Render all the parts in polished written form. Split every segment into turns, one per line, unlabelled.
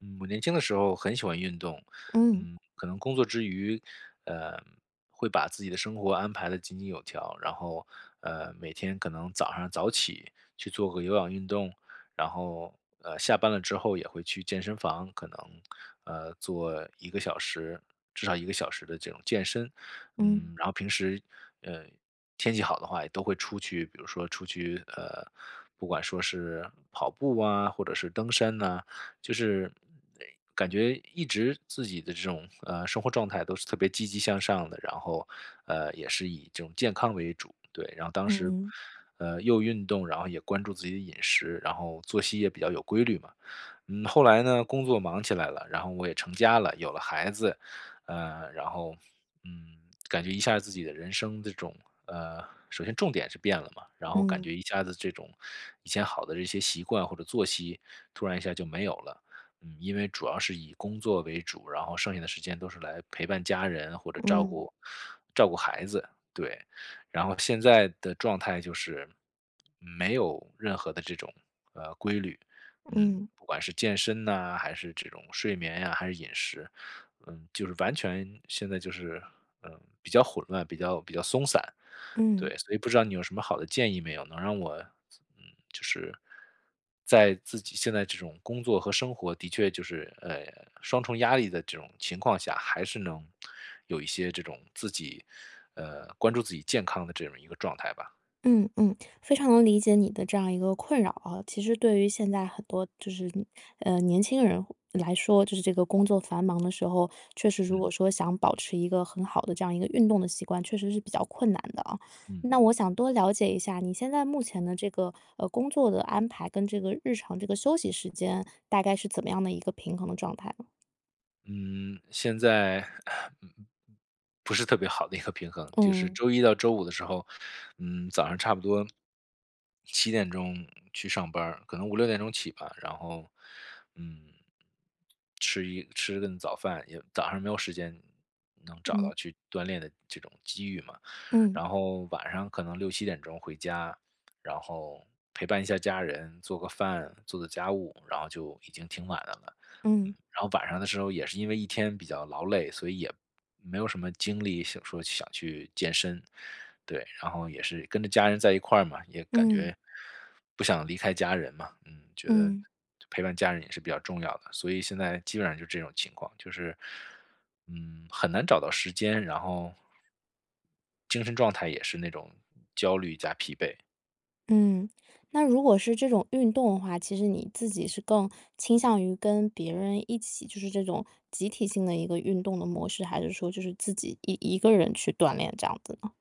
嗯，我年轻的时候很喜欢运动，
嗯
可能工作之余，呃，会把自己的生活安排得井井有条，然后，每天可能早上早起去做个有氧运动，然后，下班了之后也会去健身房，可能，做一个小时，至少一个小时的这种健身，
嗯
然后平时，呃，天气好的话也都会出去，比如说出去，不管说是跑步啊，或者是登山呐、就是感觉一直自己的这种生活状态都是特别积极向上的，然后也是以这种健康为主，对，然后当时
嗯
又运动，然后也关注自己的饮食，然后作息也比较有规律嘛。后来呢工作忙起来了，然后我也成家了，有了孩子，然后嗯，感觉一下自己的人生这种，呃，首先重点是变了嘛，然后感
嗯
觉一下子这种以前好的这些习惯或者作息，突然一下就没有了。因为主要是以工作为主，然后剩下的时间都是来陪伴家人或者照
嗯
顾照顾孩子，对。然后现在的状态就是没有任何的这种规律，
嗯
不管是健身呐，还是这种睡眠呀，还是饮食，就是完全现在就是，比较混乱，比较松散，
嗯
对，所以不知道你有什么好的建议没有，能让我，嗯，就是在自己现在这种工作和生活的确就是双重压力的这种情况下，还是能有一些这种自己关注自己健康的这么一个状态吧。
嗯嗯，非常能理解你的这样一个困扰啊。其实对于现在很多年轻人来说，这个工作繁忙的时候，确实如
嗯
果说想保持一个很好的这样一个运动的习惯，确实是比较困难的啊。
嗯。
那我想多了解一下，你现在目前的这个工作的安排跟这个日常这个休息时间，大概是怎么样的一个平衡的状态呢？
嗯，现在，嗯嗯嗯不是特别好的一个平衡，就是
嗯
周一到周五的时候，早上差不多七点钟去上班儿可能5、6点钟起吧，然后，嗯，吃顿早饭，也早上没有时间能找
嗯。
到去锻炼的这种机遇嘛。
嗯，
然后晚上可能6、7点钟回家，然后陪伴一下家人，做个饭，做做家务，然后就已经挺晚的了。
嗯
然后晚上的时候也是因为一天比较劳累，所以也没有什么精力想去健身。对，然后也是跟着家人在一块儿嘛，也感
嗯。
觉不想离开家人嘛，觉得
嗯，
陪伴家人也是比较重要的，所以现在基本上就这种情况，就是，很难找到时间，然后精神状态也是那种焦虑加疲惫。
嗯，那如果是这种运动的话，其实你自己是更倾向于跟别人一起，就是这种集体性的一个运动的模式，还是说就是自己一个人去锻炼这样子呢？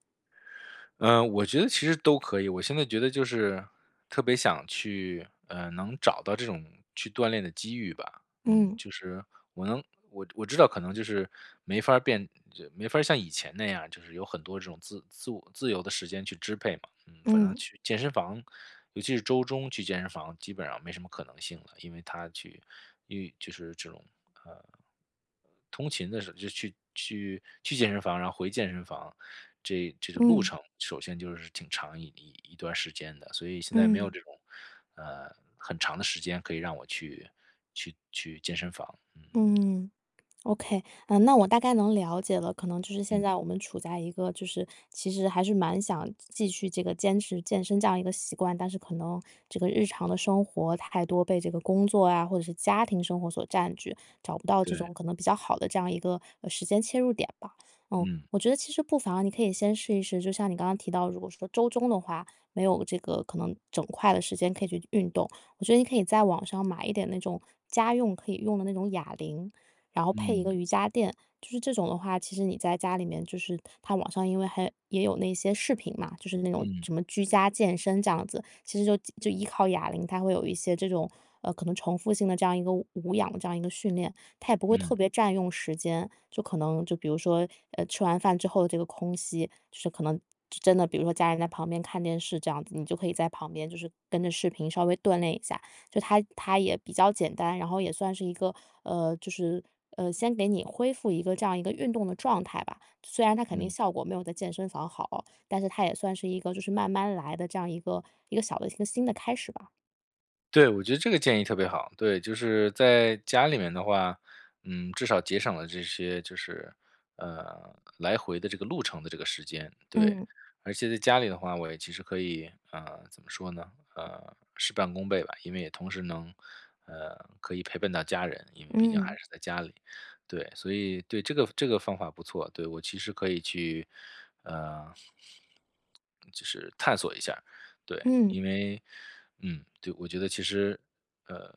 我觉得其实都可以。我现在觉得就是特别想去，能找到这种去锻炼的机遇吧。嗯，
嗯，
就是我能，我知道可能就是没法儿变，就没法儿像以前那样，就是有很多这种自由的时间去支配嘛。嗯，反正
嗯，
去健身房，尤其是周中去健身房，基本上没什么可能性了，因为就是这种呃通勤的时候，就去健身房，然后回健身房，这个路
嗯，
程首先就是挺长一段时间的，所以现在没有
嗯，
这种很长的时间可以让我去健身房。嗯
嗯。OK,嗯，那我大概能了解了，可能就是现
嗯，
在我们处在一个其实还是蛮想继续这个坚持健身这样一个习惯，但是可能这个日常的生活太多被这个工作啊，或者是家庭生活所占据，找不到这
对，
种可能比较好的这样一个时间切入点吧。嗯，
嗯
我觉得其实不妨啊你可以先试一试，就像你刚刚提到，如果说周中的话没有这个可能整块的时间可以去运动，我觉得你可以在网上买一点那种家用可以用的那种哑铃，然后配一
嗯
个瑜伽垫。就是这种的话，其实你在家里面，就是它网上因为还也有那些视频嘛，就是那种
嗯
什么居家健身这样子，其实就依靠哑铃，它会有一些这种可能重复性的这样一个无氧的这样一个训练，它也不会特
嗯
别占用时间，就可能就比如说吃完饭之后的这个空隙，可能真的比如说家人在旁边看电视这样子，你就可以在旁边就是跟着视频稍微锻炼一下。它也比较简单，然后也算是一个，呃，就是，先给你恢复一个这样一个运动的状态吧。虽然它肯定
嗯。
效果没有在健身房好，但是它也算是一个就是慢慢来的这样一个小的一个新的开始吧。
对，我觉得这个建议特别好。对，就是在家里面的话，至少节省了这些就是来回的这个路程的这个时间。对，
嗯。
而且在家里的话，我也其实可以怎么说呢？事半功倍吧，因为也同时可以陪伴到家人，因为毕竟还
嗯，
是在家里。对，所以对这个方法不错。对我其实可以去呃就是探索一下。对，
嗯。
因为对，我觉得其实，呃，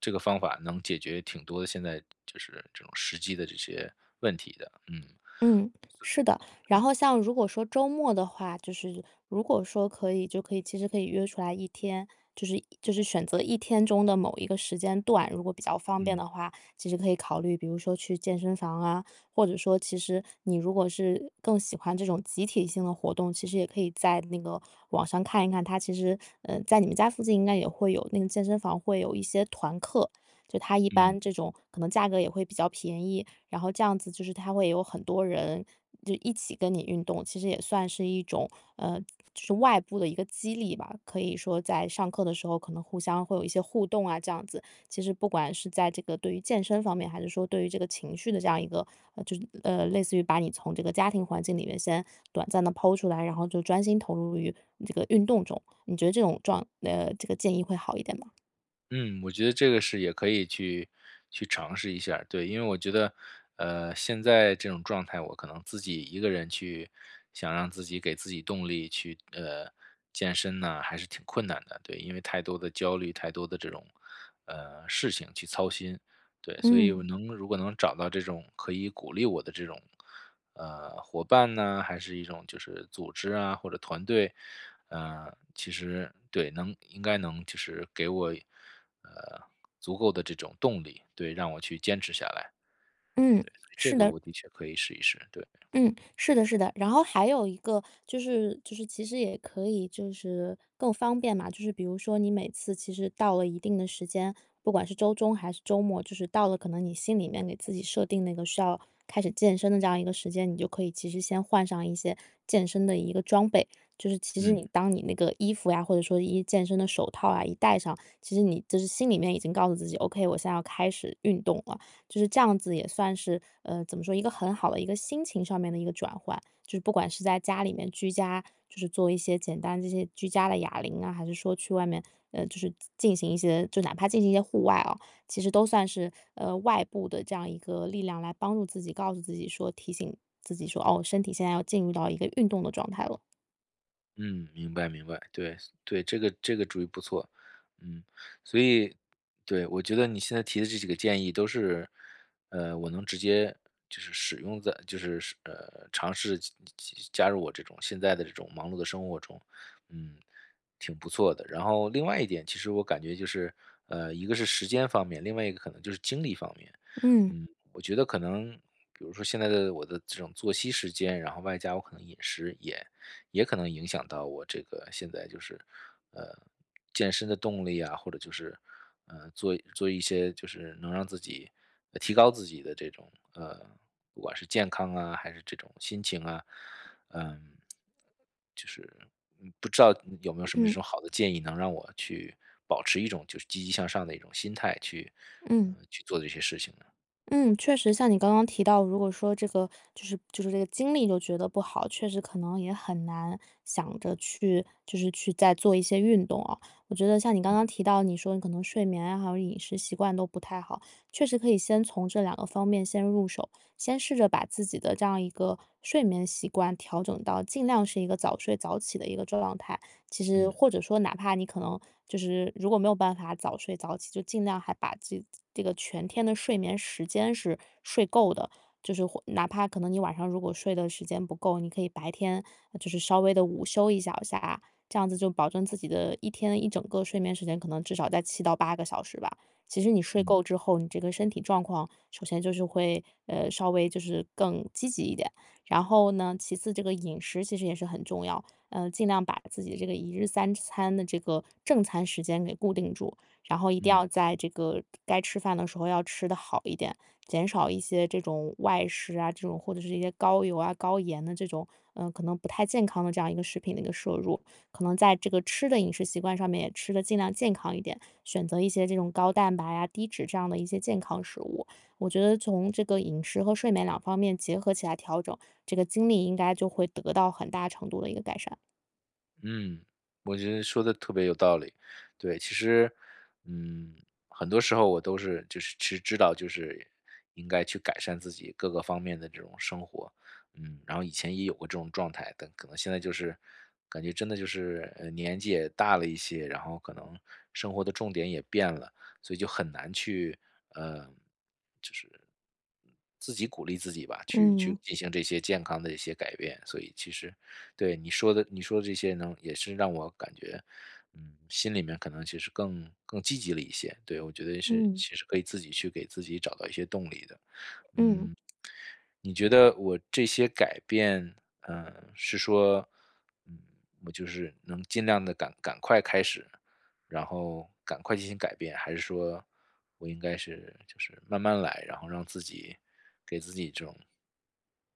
这个方法能解决挺多的现在就是这种实际的这些问题的。嗯，
嗯，是的。然后像如果说周末的话，如果说可以，就可以其实可以约出来一天，选择一天中的某一个时间段，如果比较方便
嗯，
的话，其实可以考虑，比如说去健身房啊，或者说其实你如果是更喜欢这种集体性的活动，其实也可以在那个网上看一看，它其实在你们家附近应该也会有那个健身房会有一些团课，就它一
嗯。
般这种可能价格也会比较便宜，然后这样子就是他会有很多人就一起跟你运动，其实也算是一种，呃，外部的一个激励吧。可以说在上课的时候可能互相会有一些互动啊，这样子。其实不管是在这个对于健身方面，还是说对于这个情绪的这样一个，类似于把你从这个家庭环境里面先短暂的抛出来，然后就专心投入于这个运动中，你觉得这种这个建议会好一点吗？
嗯，我觉得这个是也可以去尝试一下儿。对，因为我觉得，现在这种状态，我可能自己一个人去想让自己给自己动力去，健身呢，还是挺困难的。对，因为太多的焦虑，太多的这种，事情去操心。对，所以
嗯，
如果能找到这种可以鼓励我的这种伙伴呢，还是一种就是组织啊或者团队，其实对，应该能就是给我，呃，足够的这种动力，对，让我去坚持下来，
嗯，
所以这
是
个
的。
我的确可以试一试，对，
嗯，是的，是的。然后还有一个其实也可以就是更方便嘛，就是比如说你每次其实到了一定的时间，不管是周中还是周末，就是到了可能你心里面给自己设定那个需要开始健身的这样一个时间，你就可以其实先换上一些健身的一个装备。就是其实
嗯。
你当你那个衣服呀，或者说一健身的手套啊一戴上，其实你就是心里面已经告诉自己，OK,我现在要开始运动了。就是这样子也算是，怎么说，一个很好的一个心情上面的一个转换。就是不管是在家里面居家，就是做一些简单这些居家的哑铃啊，还是说去外面，进行一些哪怕进行一些户外啊。其实都算是，外部的这样一个力量来帮助自己，告诉自己说提醒自己说，哦，身体现在要进入到一个运动的状态了。
嗯，明白明白，对对，这个主意不错。嗯，所以对，我觉得你现在提的这几个建议都是，我能直接就是使用在，就是尝试加入我这种现在的这种忙碌的生活中。嗯，挺不错的。然后另外一点，其实我感觉就是，一个是时间方面，另外一个可能就是精力方面。
嗯
我觉得可能比如说现在的我的这种作息时间，然后外加我可能饮食也。也可能影响到我这个现在就是，呃，健身的动力啊，或者就是，做做一些就是能让自己提高自己的这种，不管是健康啊，还是这种心情啊，嗯，就是不知道你有没有什么这
嗯
种好的建议，能让我去保持一种就是积极向上的一种心态去，
嗯。
去做这些事情呢？
嗯，确实像你刚刚提到，如果说这个这个精力就觉得不好，确实可能也很难想着去去再做一些运动啊。我觉得像你刚刚提到，你说你可能睡眠啊，还有饮食习惯都不太好，确实可以先从这两个方面先入手，先试着把自己的这样一个睡眠习惯调整到尽量是一个早睡早起的一个状态。其实
嗯
或者说哪怕你可能如果没有办法早睡早起，就尽量还把这个全天的睡眠时间是睡够的。就是或哪怕可能你晚上如果睡的时间不够，你可以白天就是稍微的午休一小下，这样子就保证自己的一天一整个睡眠时间可能至少在7到8个小时吧。其实你睡够
嗯
之后，你这个身体状况首先就是会稍微就是更积极一点，然后呢，其次这个饮食其实也是很重要。尽量把自己这个一日三餐的这个正餐时间给固定住，然后一定
嗯。
要在这个该吃饭的时候要吃的好一点，减少一些这种外食啊，这种或者是一些高油啊、高盐的这种、嗯、可能不太健康的这样一个食品的一个摄入，可能在这个吃的饮食习惯上面也吃的尽量健康一点，选择一些这种高蛋白啊、低脂这样的一些健康食物。我觉得从这个饮食和睡眠两方面结合起来调整，这个精力应该就会得到很大程度的一个改善。
嗯，我觉得说的特别有道理。对，其实，嗯，很多时候我都是就是其实知道就是应该去改善自己各个方面的这种生活。然后以前也有过这种状态，但可能现在就是感觉真的就是年纪也大了一些，然后可能生活的重点也变了，所以就很难去嗯，就是自己鼓励自己吧，去
嗯
进行这些健康的一些改变。所以其实对，你说的这些也是让我感觉，心里面可能其实更积极了一些。对，我觉得是
嗯
其实可以自己去给自己找到一些动力的。
嗯
嗯，你觉得我这些改变，是说，嗯，我就是能尽量的赶快开始，然后赶快进行改变，还是说我应该是就是慢慢来，然后让自己给自己这种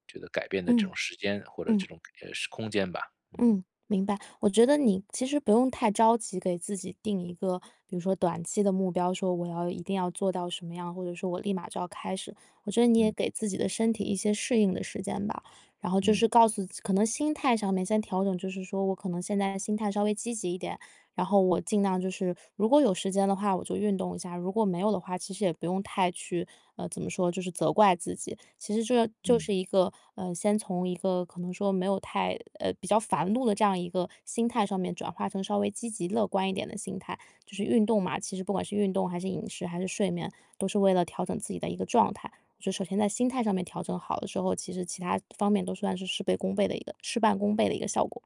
觉得改变的这
嗯
种时间或者
嗯
这种，是空间吧。嗯，
嗯，明白。我觉得你其实不用太着急，给自己定一个，比如说短期的目标，说我要一定要做到什么样，或者说我立马就要开始。我觉得你也
嗯，
给自己的身体一些适应的时间吧。然后就
嗯，
是告诉，可能心态上面先调整，就是说我可能现在心态稍微积极一点，然后我尽量就是如果有时间的话，我就运动一下；如果没有的话，其实也不用太去怎么说，就是责怪自己。其实这就
嗯，
是一个先从一个可能说没有太呃，比较烦怒的这样一个心态上面，转化成稍微积极乐观一点的心态。就是运动嘛，其实不管是运动还是饮食还是睡眠，都是为了调整自己的一个状态。就首先在心态上面调整好了之后，其实其他方面都算是事半功倍的一个效果。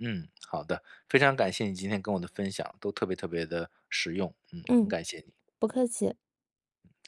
嗯，好的，非常感谢你今天跟我的分享，都特别特别的实用，很
嗯，
感谢你，
不客气。
再见。